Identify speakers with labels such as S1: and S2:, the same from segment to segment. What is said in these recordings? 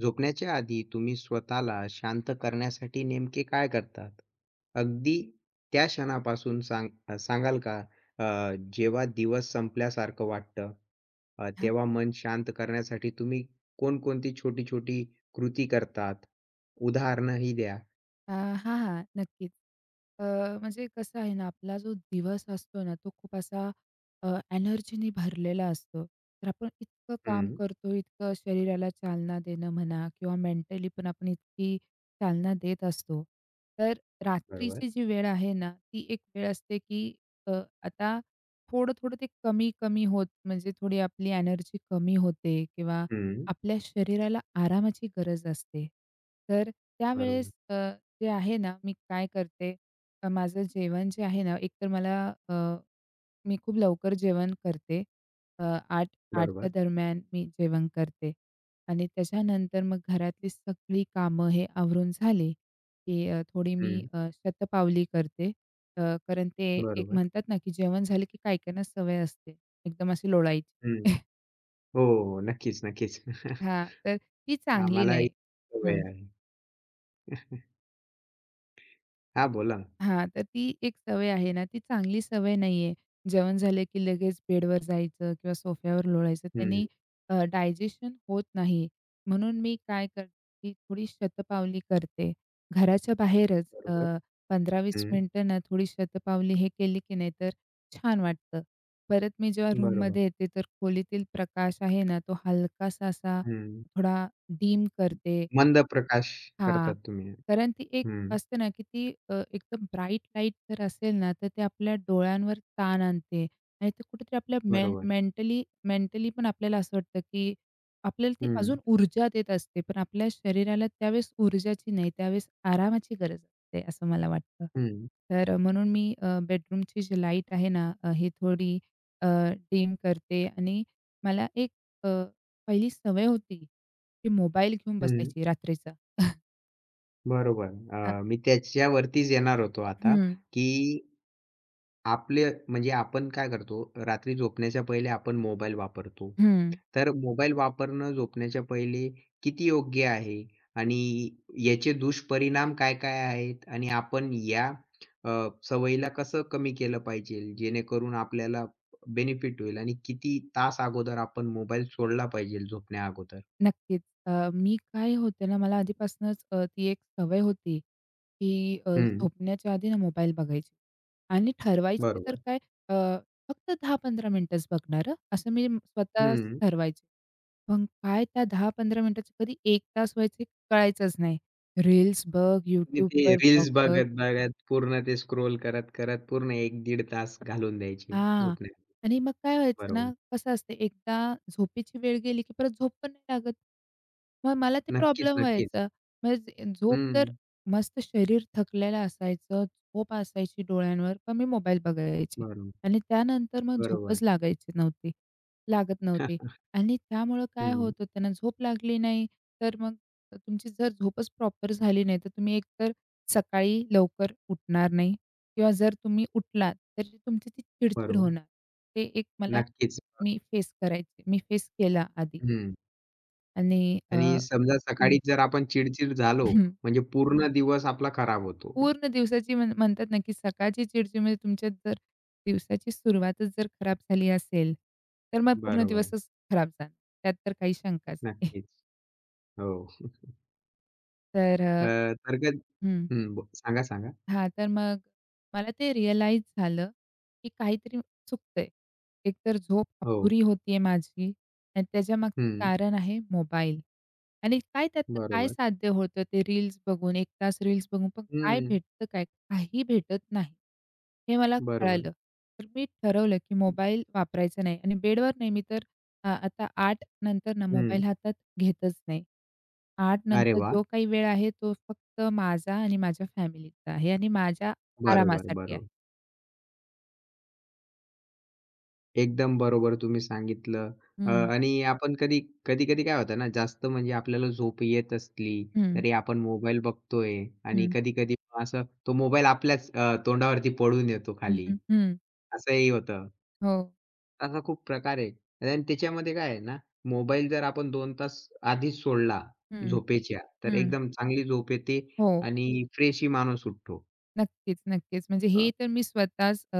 S1: झोपण्याच्या आधी तुम्ही स्वतःला शांत करण्यासाठी नेमके काय करतात? अगदी त्या क्षणापासून सांग सांगाल का? जेव्हा दिवस संपल्यासारखं वाटतं,
S2: हां,
S1: तेव्हा मन शांत करण्यासाठी तुम्ही कोणकोणती छोटी-छोटी कृती करतात? उदाहरणंही द्या.
S2: अ, हां, हां. नक्कीच. अ, म्हणजे कसं आहे ना, आपला जो दिवस असतो ना, तो खूप असा अ, एनर्जीनी भरलेला असतो. तर आपण इतकं काम
S1: हं.
S2: करतो, इतकं शरीराला चालना देणं म्हणा किंवा मेंटली पण आपण इतकी चालना देत असतो. तर
S1: बरोबर.
S2: रात्रीची जी वेळ आहे ना, ती एक वेळ असते की अ, आता थोडं-थोडं ते कमी-कमी होत म्हणजे थोडी आपली एनर्जी कमी होते किंवा
S1: हं.
S2: आपल्या शरीराला आरामाची गरज असते. तर
S1: बरोबर.
S2: त्यावेळेस जे आहे ना, मी काय करते, माझं जेवण जे आहे ना, अ, मी खूप लवकर जेवण करते. अ, 8:00-8:00च्या
S1: बरोबर.
S2: दरम्यान मी जेवण करते आणि त्याच्यानंतर मग घरातली सगळी कामं हे आवरून झाली, की थोडी मी
S1: हं.
S2: शतपावली करते. अ, कारण ते एक
S1: बरोबर.
S2: म्हणतात ना, की जेवण झालं की काही काहींना सवय असते एकदम अशी लोळायची.
S1: हं. हो, हो. नक्कीच, नक्कीच.
S2: हां, तर ती चांगली
S1: आम्हालाही
S2: नाही.
S1: सवय
S2: हं.
S1: आहे. हां, बोला ना.
S2: हां, तर ती एक सवय आहे ना, ती चांगली सवय नाही आहे. जेवण झालं की लगेच बेडवर जायचं किंवा सोफ्यावर लोळायचं.
S1: हं.
S2: त्यानी डायजेशन होत नाही. म्हणून मी काय करते, की थोडी शतपावली करते. घराच्या बाहेरच
S1: बरोबर.
S2: 15-20 मिनिटं ना थोडी शतपावली हे केली की नाही तर छान वाटतं. परत मी जेव्हा
S1: बरोबर.
S2: रूममध्ये येते, तर खोलीतील प्रकाश आहे ना, तो हलकासा असा
S1: हं.
S2: थोडा डीम करते.
S1: मंद प्रकाश
S2: हां.
S1: करतात तुम्ही.
S2: कारण ती एक
S1: हं.
S2: असते ना, की ती एकदम ब्राईट लाईट जर असेल ना, तर ते आपल्या डोळ्यांवर ताण आणते आणि ते कुठेतरी आपल्या मेन
S1: बरोबर.
S2: मेंटली मेंटली पण आपल्याला असं वाटतं, की आपल्याला ती
S1: हं,
S2: अजून ऊर्जा देत असते. पण आपल्या शरीराला त्यावेळेस ऊर्जाची नाही, त्यावेळेस आरामाची गरज असते, असं मला वाटतं.
S1: हं,
S2: तर म्हणून मी बेडरूमची जी लाईट आहे ना, ही थोडी अ, डिम करते आणि मला एक अ, पहिली सवय होती, की मोबाईल घेऊन
S1: हं.
S2: बसायची रात्रीचा.
S1: बरोबर.
S2: हां.
S1: मी त्याच्यावरतीच येणार होतो आता,
S2: हं,
S1: की आपले म्हणजे आपण काय करतो, रात्री झोपण्याच्या पहिले आपण मोबाईल वापरतो.
S2: हं.
S1: तर मोबाईल वापरणं झोपण्याच्या पहिले किती योग्य आहे आणि याचे दुष्परिणाम काय-काय आहेत आणि आपण या अ, सवयीला कसं कमी केलं पाहिजे, जेणेकरून आपल्याला बेनिफिट होईल आणि किती तास अगोदर आपण मोबाईल सोडला पाहिजे झोपण्या अगोदर?
S2: नक्कीच. मी काय होते ना, मला आधीपासूनच ती एक सवय होती, की
S1: हं,
S2: झोपण्याच्या आधी ना मोबाईल बघायची आणि ठरवायची तर
S1: बरोबर.
S2: काय अ, फक्त 10-15 मिनिटंच बघणार हं, असं मी स्वतः
S1: हं.
S2: ठरवायचे. पण काय त्या 10-15 मिनिटाचे कधी 1 तास व्हायचे कळायचंच नाही. रील्स बघ,
S1: म्हणजे ते
S2: YouTubeवर ब्लॉग
S1: रील्स
S2: बघ
S1: बघत-बघत पूर्ण ते स्क्रोल करत-करत पूर्ण 1 दीड तास घालवून द्यायचे
S2: हां.
S1: झोपण्या
S2: आणि मग काय व्हायचं ना,
S1: बरोबर.
S2: कसं असते एकदा झोपेची वेळ गेली, की परत झोप पण नाही लागत. मग मला ते
S1: नक्कीच,
S2: प्रॉब्लेम
S1: नक्कीच.
S2: व्हायचा. म्हणजे झोप तर
S1: हं.
S2: मस्त शरीर थकलेलं असायचं, झोप असायची डोळ्यांवर, पण मी मोबाईल बघायचे
S1: बरोबर,
S2: आणि त्यानंतर मग
S1: बरोबर.
S2: झोपच लागायची नव्हती लागत नव्हती आणि त्यामुळं काय होत
S1: हं.
S2: होतं ना, झोप लागली नाही, तर मग तुमची जर झोपच प्रॉपर झाली नाही, तर तुम्ही एकतर सकाळी लवकर उठणार नाही. किंवा जर तुम्ही उठलात, तरी तुमची ती चिड-चिड
S1: बरोबर.
S2: होणार. ते एक मला
S1: नक्कीच.
S2: मी फेस करायची. मी फेस केला आधी
S1: हं.
S2: आणि
S1: आणि
S2: हं,
S1: समजा सकाळी जर आपण चिडचिड झालो,
S2: हं.
S1: म्हणजे पूर्ण दिवस आपला खराब होतो.
S2: पूर्ण दिवसाची म्हणतात ना, की सकाळची चिड-चिड म्हणजे तुमच्या जर दिवसाची सुरुवातच जर खराब झाली असेल, तर मग पूर्ण
S1: बरोबर.
S2: दिवसच खराब जाणार. त्यात तर काही शंकाच नाही.
S1: नक्कीच. हो.
S2: तर
S1: अ, तर कध
S2: हं.
S1: हं. ब सांगा, सांगा.
S2: हां, तर मग मला ते रिअलाईज झालं, की काहीतरी चुकतंय. एकतर झोप
S1: हो.
S2: अपुरी होतीये माझी आणि त्याच्यामागचं
S1: हं.
S2: कारण आहे मोबाईल. आणि काय त्यातनं काय
S1: बरोबर.
S2: साध्य होतं ते रील्स बघून, एक तास रील्स बघून पण काय
S1: हं.
S2: भेटतं काय? काही भेटत नाही. हे मला
S1: बरोबर.
S2: कळालं. तर मी ठरवलं, की मोबाईल वापरायचा नाही आणि बेडवर नाही मी तर आता 8 नंतर ना मोबाईल
S1: हं.
S2: हातात घेतच नाही. आठ
S1: अरे
S2: नंतर
S1: वाह!
S2: जो काही वेळ आहे तो फक्त माझा आणि माझ्या फॅमिलीचा आहे आणि माझ्या
S1: बरोबर,
S2: आरामासाठी आहे.
S1: बरोबर. एकदम बरोबर तुम्ही सांगितलं.
S2: हं,
S1: आणि आपण कधी कधी-कधी काय होतं ना, जास्त म्हणजे आपल्याला झोप येत असली,
S2: हं,
S1: तरी आपण मोबाईल बघतोय आणि
S2: हं,
S1: कधी-कधी असं तो मोबाईल आपल्याच तोंडावरती पडून येतो
S2: हं,
S1: खाली,
S2: हं, हं.
S1: असंही होतं.
S2: हो.
S1: असा खूप प्रकार आहे. आणि त्याच्यामध्ये काय आहे ना, मोबाईल जर आपण 2 तास आधीच सोडला
S2: हं,
S1: झोपेच्या, तर
S2: हं.
S1: एकदम चांगली झोप येते
S2: हो.
S1: आणि फ्रेशही माणूस उठतो.
S2: नक्कीच, नक्कीच. म्हणजे
S1: अ,
S2: हे तर मी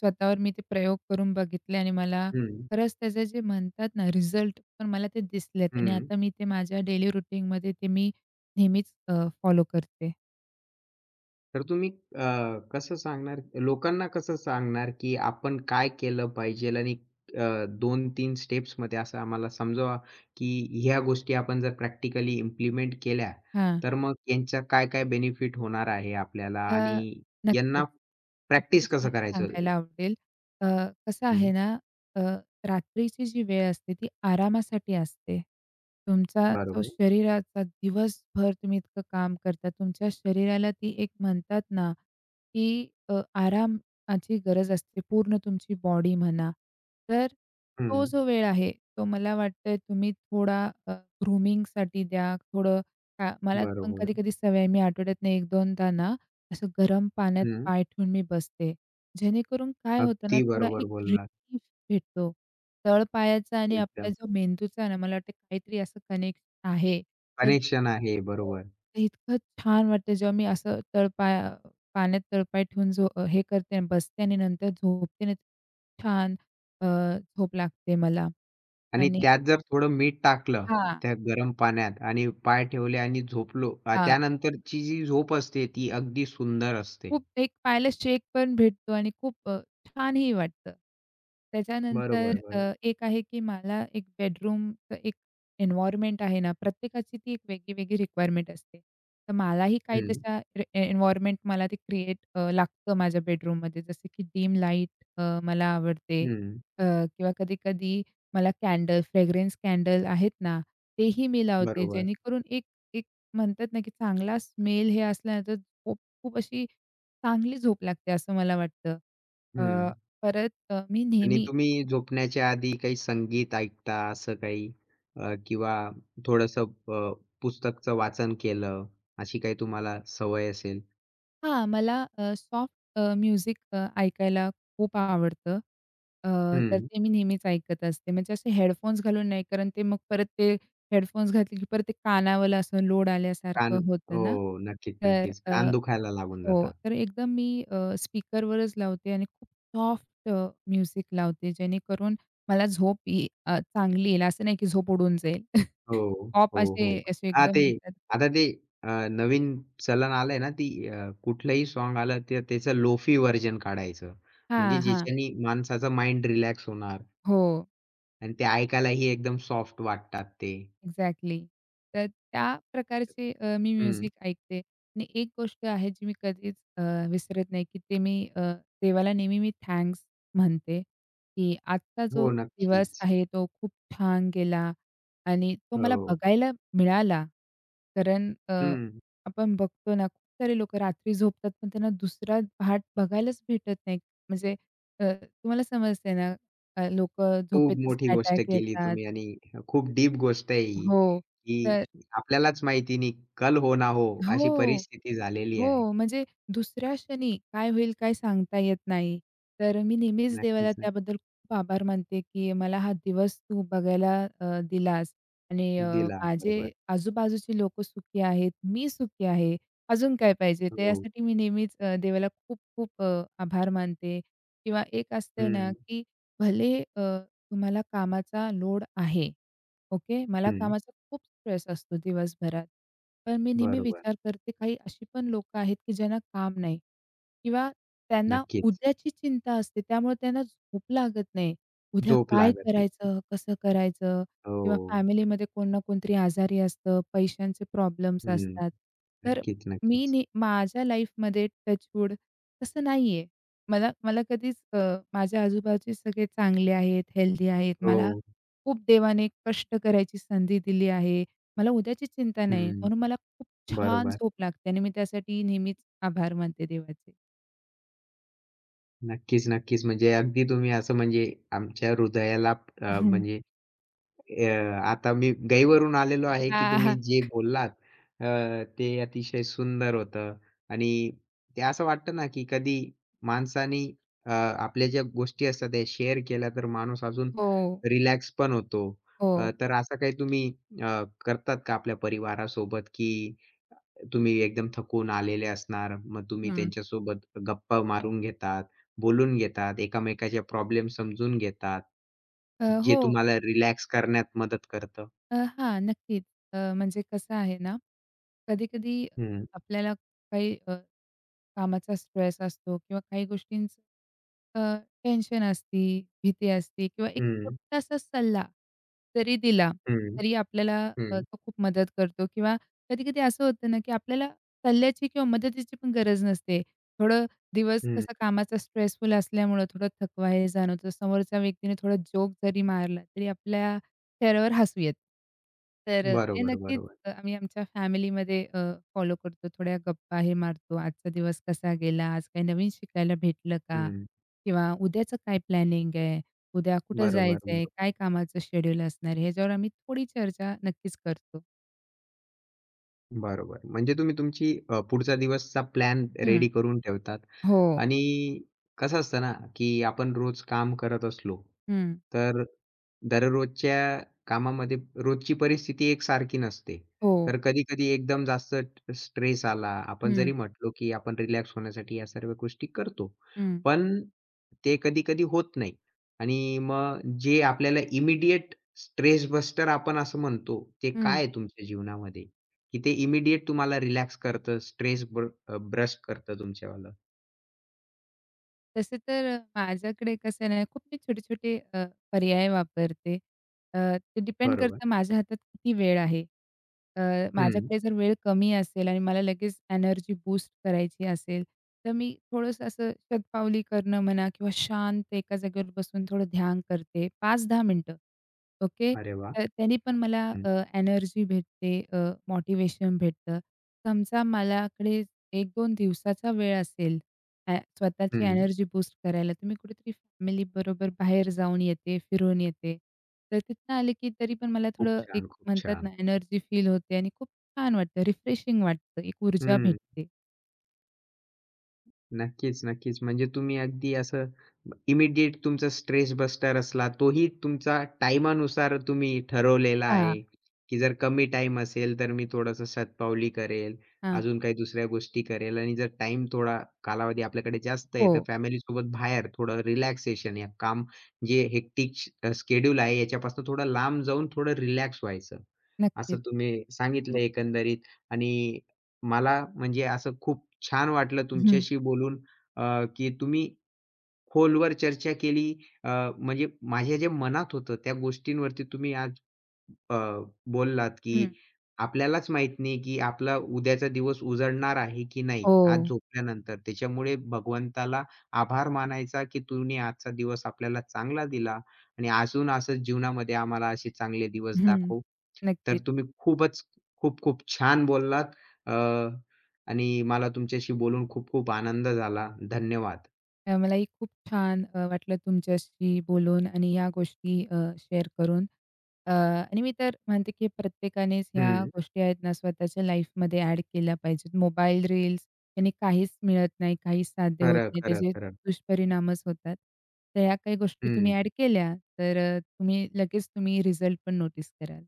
S2: स्वतःवर मी ते प्रयोग करून बघितले आणि मला
S1: हं,
S2: खरंच त्याचे जे म्हणतात ना रिझल्ट पण मला ते दिसलेत आणि
S1: हं.
S2: आता मी ते माझ्या डेली रूटीनमध्ये ते मी नेहमीच फॉलो करते.
S1: तर तुम्ही अ, कसं सांगणार लोकांना कसं सांगणार, की आपण काय केलं पाहिजेल आणि दोन तीन स्टेप्स स्टेप्समध्ये असं आम्हाला समजवा, की ह्या गोष्टी आपण जर प्रॅक्टिकली इम्प्लिमेंट केल्या,
S2: हां.
S1: तर मग यांचा काय काय बेनिफिट होणार आहे आपल्याला
S2: अ,
S1: आणि
S2: नक्कीच.
S1: यांना
S2: नक्कीच
S1: प्रॅक्टिस कसं
S2: मला
S1: करायचं?
S2: सांगायला आवडेल. अ, कसं आहे
S1: हं,
S2: ना, अ, रात्रीची जी वेळ असते ती आरामासाठी असते. तुमचा जो
S1: बरोबर.
S2: शरीराचा दिवसभर तुम्ही इतकं काम करता, तुमच्या शरीराला ती एक म्हणतात ना, की आरामाची गरज असते. पूर्ण तुमची बॉडी म्हणा. तर तो
S1: हं,
S2: जो वेळ आहे, तो मला वाटतंय तुम्ही थोडा ग्रूमिंगसाठी द्या. थोडं का मला पण
S1: बरोबर.
S2: कधी-कधी सवय आहे, मी आठवड्यातनं 1-2दा ना असं गरम पाण्यात
S1: हं,
S2: पाय ठेवून मी बसते. जेणेकरून काय होतं ना,
S1: अगदी
S2: थोडा
S1: बरोबर
S2: एक
S1: बोललात.
S2: रिलीफ भेटतो. तळपायाचा आणि आपला
S1: एकदम.
S2: जो मेंदूचा आहे ना, मला वाटतं काहीतरी असं कनेक्ट आहे. तर
S1: कनेक्शन आहे.
S2: हो,
S1: बरोबर.
S2: तर इतकं छान वाटतं जेव्हा मी असं पाण्यात तळपाय ठेवून हे करते आणि बसते आणि नंतर झोपते ना, छान अ, झोप लागते मला.
S1: आणि
S2: आणि
S1: त्यात जर थोडं मीठ टाकलं,
S2: हां,
S1: त्या गरम पाण्यात आणि पाय ठेवले आणि झोपलो,
S2: हां.
S1: त्यानंतरची जी झोप असते ती अगदी सुंदर असते.
S2: खूप एक पायाला शेक पण भेटतो आणि खूप छानही वाटतं. त्याच्यानंतर
S1: बरोबर, बरोबर.
S2: एक आहे की मला एक बेडरूमचं एक एन्व्हायर्नमेंट आहे ना, प्रत्येकाची ती एक वेगळी-वेगळी रिक्वायरमेंट असते. तर मलाही काही
S1: हं,
S2: तशा रे ए एन्व्हायर्नमेंट मला ते क्रिएट लागतं माझ्या बेडरूममध्ये. जसं की डिम लाईट मला आवडते
S1: हं.
S2: अ, किंवा कधी-कधी मला फ्रेग्रन्स कॅन्डल आहेत ना, तेही मी लावते
S1: बरोबर.
S2: जेणेकरून एक एक म्हणतात ना, की चांगला स्मेल हे असल्यानंतर खूप खूप अशी चांगली झोप लागते असं मला वाटतं. अ,
S1: हं.
S2: परत मी
S1: आणि
S2: नेहमी
S1: तुम्ही झोपण्याच्या आधी काही संगीत ऐकता असं काही किंवा थोडंसं अ, पुस्तकचं वाचन केलं, अशी काही तुम्हाला सवय असेल?
S2: हां, मला सॉफ्ट म्युझिक ऐकायला खूप आवडतं. अ, तर
S1: हं.
S2: ते मी नेहमीच ऐकत असते. म्हणजे असे हेडफोन्स घालून नाही, कारण ते मग परत ते हेडफोन्स घातले, की परत ते कानावर असं लोड
S1: कान
S2: आल्यासारखं होतं
S1: हो.
S2: ना.
S1: नक्कीच,
S2: तर
S1: नक्कीच. कान दुखायला लागून
S2: हो,
S1: जातात.
S2: तर एकदम मी स्पीकरवरच लावते आणि खूप सॉफ्ट म्युझिक लावते, जेणेकरून मला चांगली येईल. असं नाही, की झोप उडून जाईल.
S1: हो,
S2: पॉप
S1: हो, हो.
S2: असे असे
S1: हां,
S2: एकदम
S1: ते
S2: म्हणतात
S1: आता ते नवीन चलन आलंय ना, ती कुठलंही सॉन्ग आलं तर त्याचं लोफी व्हर्जन काढायचं. म्हणजे
S2: हां, हां.
S1: ज्याच्यानी माणसाचा माइंड रिलॅक्स होणार
S2: हो.
S1: आणि ते ऐकायलाही एकदम सॉफ्ट वाटतात ते.
S2: एक्झॅक्टली. तर त्या प्रकारचे मी
S1: हं.
S2: म्युझिक ऐकते आणि एक गोष्ट आहे जी मी कधीच विसरत नाही, की ते मी देवाला नेहमी मी थँक्स म्हणते, की आजचा
S1: हो,
S2: जो दिवस
S1: नक्कीच.
S2: आहे तो खूप छान गेला आणि तो मला
S1: हो.
S2: बघायला मिळाला. कारण
S1: हं.
S2: आपण बघतो ना, खूप सारे लोकं रात्री झोपतात, पण त्यांना दुसरा पहाट बघायलाच भेटत नाही. म्हणजे तुम्हाला समजतंय ना, अ,
S1: खूप
S2: झोपेतच
S1: मोठी गोष्ट
S2: अटॅक
S1: केली
S2: येतात.
S1: तुम्ही आणि खूप डीप गोष्ट आहे ही,
S2: हो.
S1: की
S2: तर
S1: आपल्यालाच माहिती नाही, कल हो ना हो, अशी
S2: हो,
S1: परिस्थिती झालेली आहे.
S2: हो. म्हणजे दुसऱ्या क्षणी काय होईल काय सांगता येत नाही. तर मी नेहमीच देवाला
S1: नक्कीच, नक्कीच.
S2: त्याबद्दल खूप आभार मानते, की मला हा दिवस तू बघायला दिलास आणि
S1: दिला.
S2: माझे
S1: बरोबर.
S2: आजूबाजूची लोकं सुखी आहेत, मी सुखी आहे. अजून काय पाहिजे? तर
S1: हो.
S2: यासाठी मी नेहमीच देवाला खूप-खूप आभार मानते किंवा एक असते ना,
S1: हं,
S2: की भले तुम्हाला कामाचा लोड आहे. ओके. मला
S1: हं.
S2: कामाचा खूप स्ट्रेस असतो दिवसभरात. पण मी नेहमी
S1: बरोबर.
S2: विचार करते काही अशी पण लोकं आहेत, की ज्यांना काम नाही किंवा त्यांना
S1: नक्कीच.
S2: उद्याची चिंता असते. त्यामुळे त्यांना झोप लागत नाही. उद्या
S1: झोप
S2: काय
S1: लागत नाही.
S2: करायचं? कसं करायचं?
S1: हो.
S2: किंवा फॅमिलीमध्ये कोण ना कोणतरी आजारी असतं, पैशांचे प्रॉब्लेम्स
S1: हं.
S2: असतात. तर
S1: नक्कीच,
S2: मी
S1: नक्कीच.
S2: नी माझ्या लाईफमध्ये टचवूड तसं नाहीये. मला मला कधीच माझ्या आजूबाजूचे सगळे चांगले आहेत, हेल्दी आहेत. मला
S1: हो.
S2: खूप देवाने कष्ट करायची संधी दिली आहे. मला उद्याची चिंता नाही आहे,
S1: हं.
S2: म्हणून मला खूप छान
S1: बरोबर.
S2: झोप लागते आणि मी त्यासाठी नेहमीच आभार मानते देवाचे.
S1: नक्कीच, नक्कीच. म्हणजे अगदी तुम्ही असं म्हणजे आमच्या हृदयाला
S2: हं.
S1: म्हणजे अ, आता मी गैरवरून आलेलो आहे, की तुम्ही
S2: हां.
S1: जे बोललात अ, ते अतिशय सुंदर होतं आणि ते असं वाटतं ना, की कधी माणसाने आपल्या ज्या गोष्टी असतात त्या शेअर केल्या तर माणूस अजून
S2: हो,
S1: रिलॅक्स पण होतो.
S2: हो.
S1: तर असं काही तुम्ही करतात का आपल्या परिवारासोबत, की तुम्ही एकदम थकून आलेले असणार. मग तुम्ही
S2: हं.
S1: त्यांच्यासोबत गप्पा मारून घेतात, बोलून घेतात, एकामेकाचे प्रॉब्लेम समजून घेतात. जे
S2: हो.
S1: तुम्हाला रिलॅक्स करण्यात मदत करतं.
S2: हां, नक्कीच. म्हणजे कसं आहे ना, कधी-कधी
S1: हं,
S2: आपल्याला काही कामाचा स्ट्रेस असतो किंवा काही गोष्टींचं अ, टेन्शन असते, भीती असते किंवा एक
S1: हं,
S2: छोटासा सल्ला जरी दिला,
S1: हं,
S2: तरी आपल्याला
S1: हं,
S2: तो खूप मदत करतो किंवा कधी-कधी असं होतं ना, की आपल्याला सल्ल्याची किंवा मदतीची पण गरज नसते. थोडं दिवस
S1: हं.
S2: कसा कामाचा स्ट्रेसफुल असल्यामुळं थोडं थकवा हे जाणवतो. समोरच्या व्यक्तीने थोडा जोक जरी मारला, तरी आपल्या चेहऱ्यावर हसू येतं. तर ते
S1: बरोबर,
S2: नक्कीच
S1: बरोबर.
S2: आम्ही आमच्या फॅमिलीमध्ये फॉलो करतो. थोड्या गप्पा हे मारतो. आजचा दिवस कसा गेला? आज काही नवीन शिकायला भेटलं का?
S1: हं.
S2: किंवा उद्याचं काय प्लॅनिंग आहे? उद्या कुठं
S1: बरोबर,
S2: जायचंय?
S1: बरोबर.
S2: काय कामाचं शेड्यूल असणार आहे? ह्याच्यावर आम्ही थोडी चर्चा नक्कीच करतो.
S1: बरोबर. म्हणजे तुम्ही तुमची पुढचा दिवसचा प्लॅन
S2: हं.
S1: रेडी करून ठेवतात
S2: हो.
S1: आणि कसं असतं ना, की आपण रोज काम करत असलो,
S2: हं.
S1: तर दररोजच्या कामामध्ये रोजची परिस्थिती एकसारखी नसते.
S2: हो.
S1: तर कधी-कधी एकदम जास्त स्ट्रेस आला, आपण
S2: हं.
S1: जरी म्हटलो, की आपण रिलॅक्स होण्यासाठी या सर्व गोष्टी करतो.
S2: हं.
S1: पण ते कधी-कधी होत नाही आणि मग जे आपल्याला इमिडिएट स्ट्रेस बस्टर आपण असं म्हणतो, ते
S2: हं.
S1: काय आहे तुमच्या जीवनामध्ये? की ते इमिडिएट तुम्हाला रिलॅक्स करतं, स्ट्रेस ब्रस्ट करतं तुमच्यावालं.
S2: तसं तर माझ्याकडे कसं आहे ना, खूप मी छोटे-छोटे पर्याय वापरते. अ, ते डिपेंड
S1: बरोबर.
S2: करतं माझ्या हातात किती वेळ आहे. अ,
S1: हं.
S2: माझ्याकडे जर वेळ कमी असेल आणि मला लगेच एनर्जी बूस्ट करायची असेल, तर मी थोडंसं असं शतपावली करणं म्हणा किंवा शांत एका जागेवर बसून थोडं ध्यान करते 5-10 मिनिटं. ओके.
S1: अरे वाह!
S2: तर त्यानी पण मला
S1: हं,
S2: एनर्जी भेटते, मोटिव्हेशन भेटतं. समजा मलाकडे 1-2 दिवसाचा वेळ असेल स्वतःची
S1: हं.
S2: एनर्जी बूस्ट करायला तुम्ही कुठेतरी फॅमिलीबरोबर बाहेर जाऊन येते, फिरून येते. तर तिथनं आले की तरी पण मला
S1: खूप
S2: थोडं एक
S1: छान, खूप
S2: म्हणतात ना,
S1: छान.
S2: एनर्जी फील होते आणि खूप छान वाटतं, रिफ्रेशिंग वाटतं, एक ऊर्जा
S1: हं.
S2: भेटते.
S1: नक्कीच, नक्कीच. म्हणजे तुम्ही अगदी असं इमिडिएट तुमचा स्ट्रेस बस्टर असला, तोही तुमचा टाईमानुसार तुम्ही ठरवलेला
S2: हां,
S1: आहे, की जर कमी टाईम असेल, तर मी थोडंसं शतपावली करेल,
S2: हां.
S1: अजून काही दुसऱ्या गोष्टी करेल आणि जर टाईम थोडा कालावधी आपल्याकडे जास्त
S2: हो,
S1: आहे, तर फॅमिलीसोबत बाहेर थोडं रिलॅक्सेशन या काम जे हेक्टिक अ, आहे, याच्यापासून थोडं लांब जाऊन थोडं रिलॅक्स व्हायचं. असं
S2: नक्कीच.
S1: तुम्ही सांगितलं एकंदरीत आणि मला म्हणजे असं खूप छान वाटलं
S2: हं,
S1: तुमच्याशी बोलून, अ, की तुम्ही खोलवर चर्चा केली. अ, म्हणजे माझ्या जे मनात होतं त्या गोष्टींवरती तुम्ही आज अ, बोललात,
S2: हं.
S1: की आपल्यालाच माहीत नाही, की आपला उद्याचा दिवस उजळणार आहे की नाही
S2: हो,
S1: आज झोपल्यानंतर. त्याच्यामुळे भगवंताला आभार मानायचा, की "तूने आजचा दिवस आपल्याला चांगला दिला आणि अजून असंच जीवनामध्ये आम्हाला असे चांगले दिवस
S2: हं.
S1: दाखव." तर
S2: नक्कीच.
S1: तुम्ही खूपच खूप खूप छान बोललात, अ, आणि मला तुमच्याशी बोलून खूप खूप आनंद झाला. धन्यवाद.
S2: मलाही खूप छान वाटलं तुमच्याशी बोलून आणि ह्या गोष्टी शेअर करून. आणि मी तर म्हणते, की प्रत्येकानेच ह्या
S1: हं.
S2: गोष्टी आहेत ना, स्वतःच्या लाईफमध्ये ॲड केल्या पाहिजेत. मोबाईल रील्स याने काहीच मिळत नाही, काहीच साध्य होत
S1: खरं,
S2: नाही.
S1: खरं,
S2: त्याचे
S1: खरं.
S2: दुष्परिणामच होतात. तर ह्या काही गोष्टी तुम्ही ॲड
S1: हं.
S2: केल्या, तर तुम्ही लगेच तुम्ही रिझल्ट पण नोटीस कराल.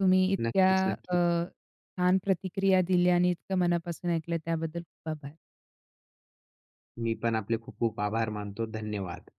S2: तुम्ही इतक्या
S1: नक्कीच, नक्कीच.
S2: अ, छान प्रतिक्रिया दिल्या आणि इतकं मनापासून ऐकलं त्याबद्दल खूप आभार.
S1: मी पण आपले खूप खूप आभार मानतो. धन्यवाद.